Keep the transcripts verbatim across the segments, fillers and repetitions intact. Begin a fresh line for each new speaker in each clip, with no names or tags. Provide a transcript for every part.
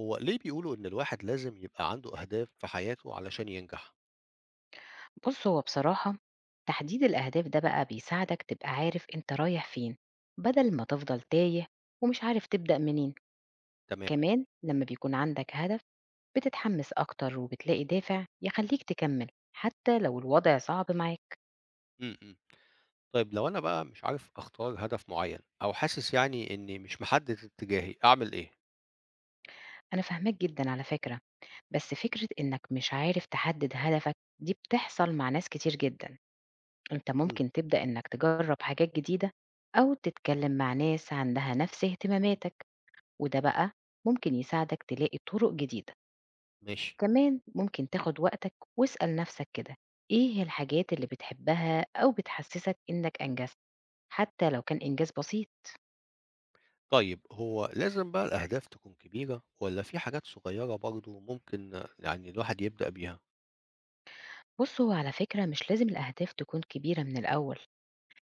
هو ليه بيقولوا إن الواحد لازم يبقى عنده أهداف في حياته علشان ينجح؟
بُص، هو بصراحة تحديد الأهداف ده بقى بيساعدك تبقى عارف أنت رايح فين، بدل ما تفضل تايه ومش عارف تبدأ منين.
تمام،
كمان لما بيكون عندك هدف بتتحمس أكتر وبتلاقي دافع يخليك تكمل حتى لو الوضع صعب معاك.
إمم، إمم. طيب لو أنا بقى مش عارف أختار هدف معيّن أو حاسس يعني إني مش محدد اتجاهي، أعمل إيه؟
أنا فاهماك جدًا على فكرة، بس فكرة إنك مش عارف تحدد هدفك دي بتحصل مع ناس كتير جدًا. أنت
إمم،
ممكن تبدأ إنك تجرب حاجات جديدة أو تتكلم مع ناس عندها نفس اهتماماتك. وده بقى ممكن يساعدك تلاقي طرق جديدة.
ماشي.
كمان ممكن تاخد وقتك واسأل نفسك كده، ايه الحاجات اللي بتحبها او بتحسسك انك انجزت حتى
إمم،
لو
إمم.
كان انجاز بسيط.
طيب هو لازم بقى الأهداف تكون كبيرة والّا في حاجات صغيّرة برضه ممكن آه، يعني الواحد يبدأ بيها؟
بص، هو على فكرة مش لازم الاهداف تكون كبيرة من الاول،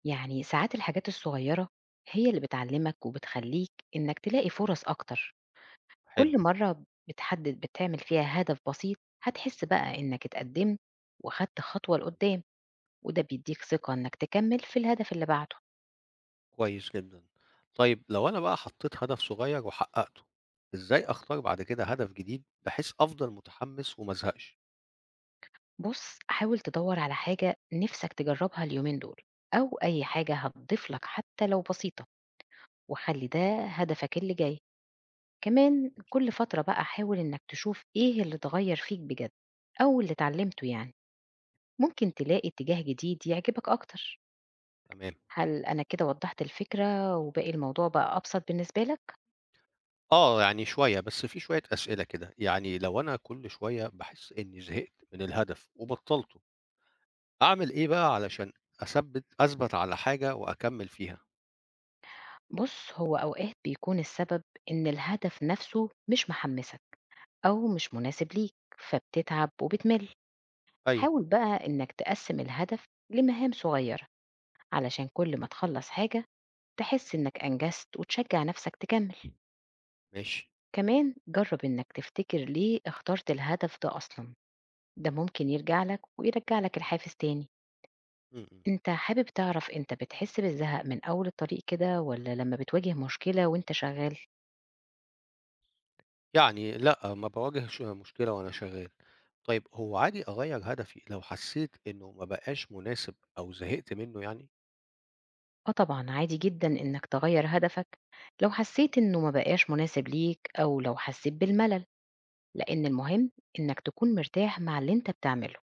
يعني ساعات الحاجات الصغيرة هي اللي بتعلمك وبتخليك انك تلاقي فرص اكتر.
حلو،
كل مرة بتحدد بتعمل فيها هدف بسيط هتحس بقى انك اتقدمت وخدت خطوة
إمم،
لقدام، وده بيديك ثقة انك تكمل في الهدف اللي بعده.
كويس جدًا. طيب لو أنا بقى حطيت هدف صغيّر وحققته، إزاي أختار بعد كده هدف جديد بحيث أفضل متحمس وما ازهقش؟
بُص، حاول تدوّر على حاجة نِفْسك تجرّبها اليومين دول، أو أي حاجة هتضيف لك حتى لو بسيطة، وخلّي
إمم،
ده هدفك اللي جاي. كمان
ماشي،
كل فترة بقى حاول إنك تشوف إيه اللي اتغيّر فيك بجد، أو اللي اتعلّمته يعني، ممكن تلاقي اتجاه جديد يعجبك أكتر.
تمام.
هل أنا كده وضّحت الفكرة وباقي الموضوع بقى أبسط بالنسبة لك؟
آه، يعني شوية، بس في شوية أسئلة كده، يعني لو أنا كل شوية باحس إني زهقت من الهدف وبطّلته، أعمل إيه بقى علشان أثبِّت أثبَت على حاجة وأكمّل فيها؟
بُص، هو أوقات بيكون السبب إن الهدف نَفْسه مش محمّسك أو مش مناسب ليك، فبتتعب وبتمِل.
أيوه،
حاول بقى إنك تقسم الهدف لمهام صغيرة علشان كل ما تخلص حاجة تحس إنك أنجزت وتشجع نفسك تكمل.
ماشي،
كمان جرب إنك تفتكر ليه اخترت الهدف ده أصلا، ده ممكن يرجع لك ويرجع لك الحافز تاني.
إمم، إمم.
انت حابب تعرف انت بتحس بالزهق من اول الطريق كده ولا لما بتواجه مشكلة وانت شغال؟
يعني لأ، ما باواجهش مشكلة وأنا شغّال. طيب هو عادي أغيّر هدفي لو حسّيت إنه ما بقاش مناسب أو زهقت منّه يعني؟
اه طبعا عادي جدا انك تغير هدفك لو حسيت انه ما بقاش مناسب ليك او لو حسيت بالملل، لأن المهم إنك تكون مرتاح مع اللي أنت بتعمله.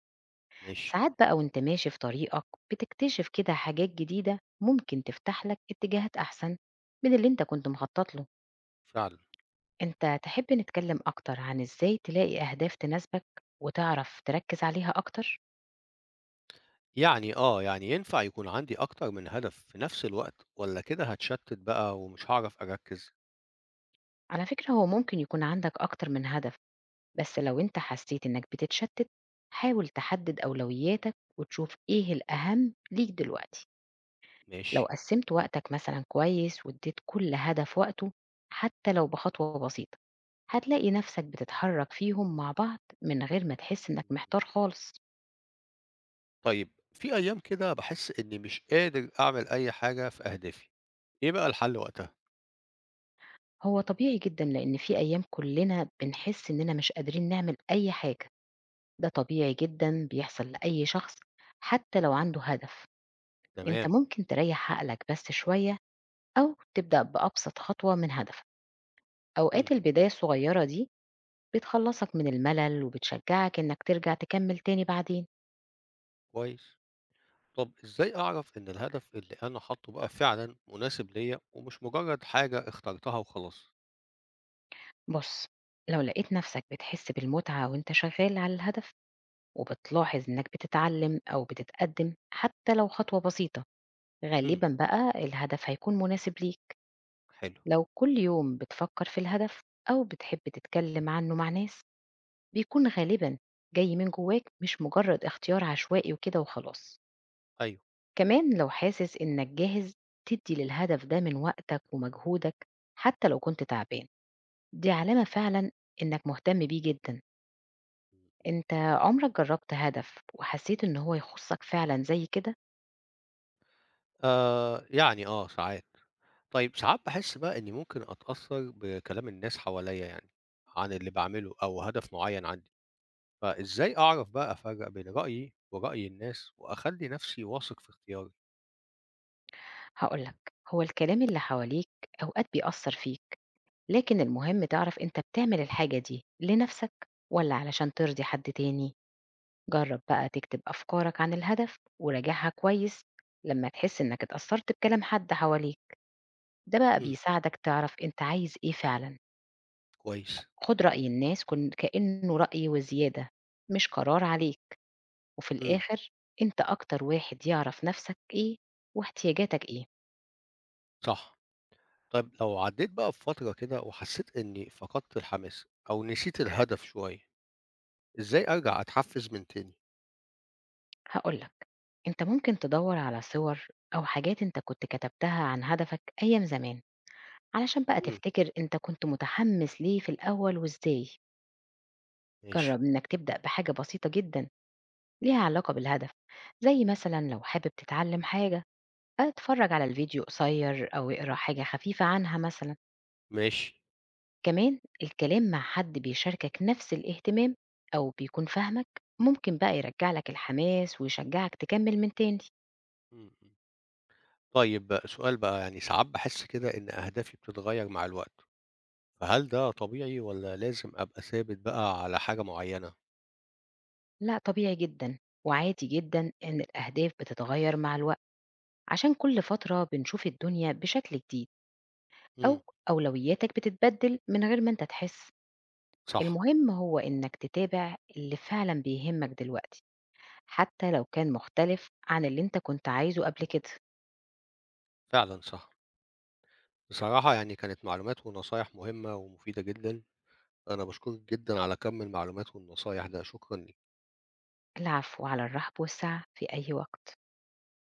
ماشي،
ساعات بقى وأنت ماشي في طريقك بتكتشف كده حاجات جديدة ممكن تفتح لك اتجاهات أحسن من اللي أنت كنت مخطط له.
فعلًا.
أنت تحب نتكلم أكتر عن إزاي تلاقي أهداف تناسبك وتعرف تركز عليها أكتر؟
يعني آه، يعني ينفع يكون عندي أكتر من هدف في نفس الوقت والّا كده هاتشتّت بقى ومش هاعرف أركّز؟
على فكرة هو ممكن يكون عندك أكتر من هدف، بس لو أنت حسيت إنك بتتشتت حاول تحدد أولوياتك وتشوف إيه الأهم ليك دلوقتي.
ماشي.
لو قسمت وقتك مثلا كويس واديت كل هدف وقته حتى لو بخطوة بسيطة، هتلاقي نفسك بتتحرك فيهم مع بعض من غير ما تحس انك محتار خالص.
طيب في أيام كده باحس إني مش قادر أعمل أي حاجة في أهدافي، إيه بقى الحل وقتها؟
هو طبيعي جدا، لان في ايام كلنا بنحس اننا مش قادرين نعمل اي حاجة، ده طبيعي جدا بيحصل لأي شخص حتى لو عنده هدف. انت
تمام،
ممكن تريح عقلك بس شوية او تبدأ بأبسط خطوة من هدفك، اوقات
إمم،
البداية الصغيرة دي بتخلصك من الملل وبتشجعك انك ترجع تكمل تاني بعدين.
كويس. طب إزاي أعرف إن الهدف اللي أنا حاطه بقى فعلًا مناسب ليّا ومش مجرد حاجة اخترتها وخلاص؟
بُص، لو لقيت نفسك بتحس بالمتعة وأنت شغال على الهدف، وبتلاحظ إنك بتتعلم أو بتتقدم حتى لو خطوة بسيطة،
إمم،
غالبًا بقى الهدف هيكون مناسب ليك.
حلو،
لو كل يوم بتفكر في الهدف أو بتحب تتكلم عنه مع ناس، بيكون غالبًا جاي من جواك مش مجرد اختيار عشوائي وكده وخلاص.
أيوه.
كمان لو حاسس إنك جاهز، تدي للهدف ده من وقتك ومجهودك حتى لو كنت تعبان، دي علامة فعلًا إنك مهتم بيه جدًا. أنت عمرك جرّبت هدف وحسّيت إن هو يخُصّك فعلًا زي كده؟
آآ، يعني آه ساعات. طيب ساعات باحس بقى إني ممكن أتأثّر بكلام الناس حواليّا يعني عن اللي باعمله أو هدف معيّن عندي، فإزاي أعرف بقى أفرّق بين رأيي ورأي الناس وأخلّي نفسي واثق في اختياري؟
هاقول لك، هو الكلام اللي حواليك أوقات بيأثّر فيك، لكن المهم تعرف أنت بتعمل الحاجة دي لنَفْسك والّا علشان ترضي حد تاني؟ جرّب بقى تكتب أفكارك عن الهدف وراجعها كويس لمّا تحس إنّك اتأثّرت بكلام حد حواليك، ده بقى
إمم.
بيساعدك تعرف أنت عايز إيه فعلًا.
كويس.
خُد رأي الناس كن كإنّه رأي وزيادة مش قرار عليك. وفي
إمم.
الآخر أنت أكتر واحد يعرف نفسك إيه واحتياجاتك إيه.
صح. طيب لو عدّيت بقى بفترة كده وحسّيت إنّي فقدت الحماس أو نسيت الهدف شوية، إزاي أرجع أتحفّز من تاني؟
هقول لك، أنت ممكن تدور على صور أو حاجات أنت كنت كتبتها عن هدفك أيام زمان، علشان بقى
إمم.
تفتكر أنت كنت متحمس ليه في الأول وإزاي.
ماشي،
جرب إنك تبدأ بحاجة بسيطة جدا ليها علاقة بالهدف، زي مثلا لو حابب تتعلم حاجة اتفرج على الفيديو قصير أو اقرأ حاجة خفيفة عنها مثلا.
ماشي.
كمان الكلام مع حد بيشاركك نفس الاهتمام أو بيكون فاهمك ممكن بقى يرجع لك الحماس ويشجعك تكمل من تاني.
إمم، إمم. طيب بقى سؤال بقى يعني ساعات باحس كده إن أهدافي بتتغيّر مع الوقت، فهل ده طبيعي والّا لازم أبقى ثابت بقى على حاجة معيّنة؟
لا طبيعي جدا، وعادي جدا إن الأهداف بتتغير مع الوقت عشان كل فترة بنشوف الدنيا بشكل جديد،
إمم.
أو أولوياتك بتتبدل من غير ما أنت تحس.
صح،
المهم هو إنك تتابع اللي فعلا بيهمك دلوقتي حتى لو كان مختلف عن اللي أنت كنت عايزه قبل كده.
فعلًا صح. بصراحة يعني كانت معلومات ونصايح مهمة ومفيدة جدًا، أنا باشكرك جدًا على كَم المعلومات والنصايح ده، شكرًا ليك.
العفو، على الرحب والسعة في أي وقت.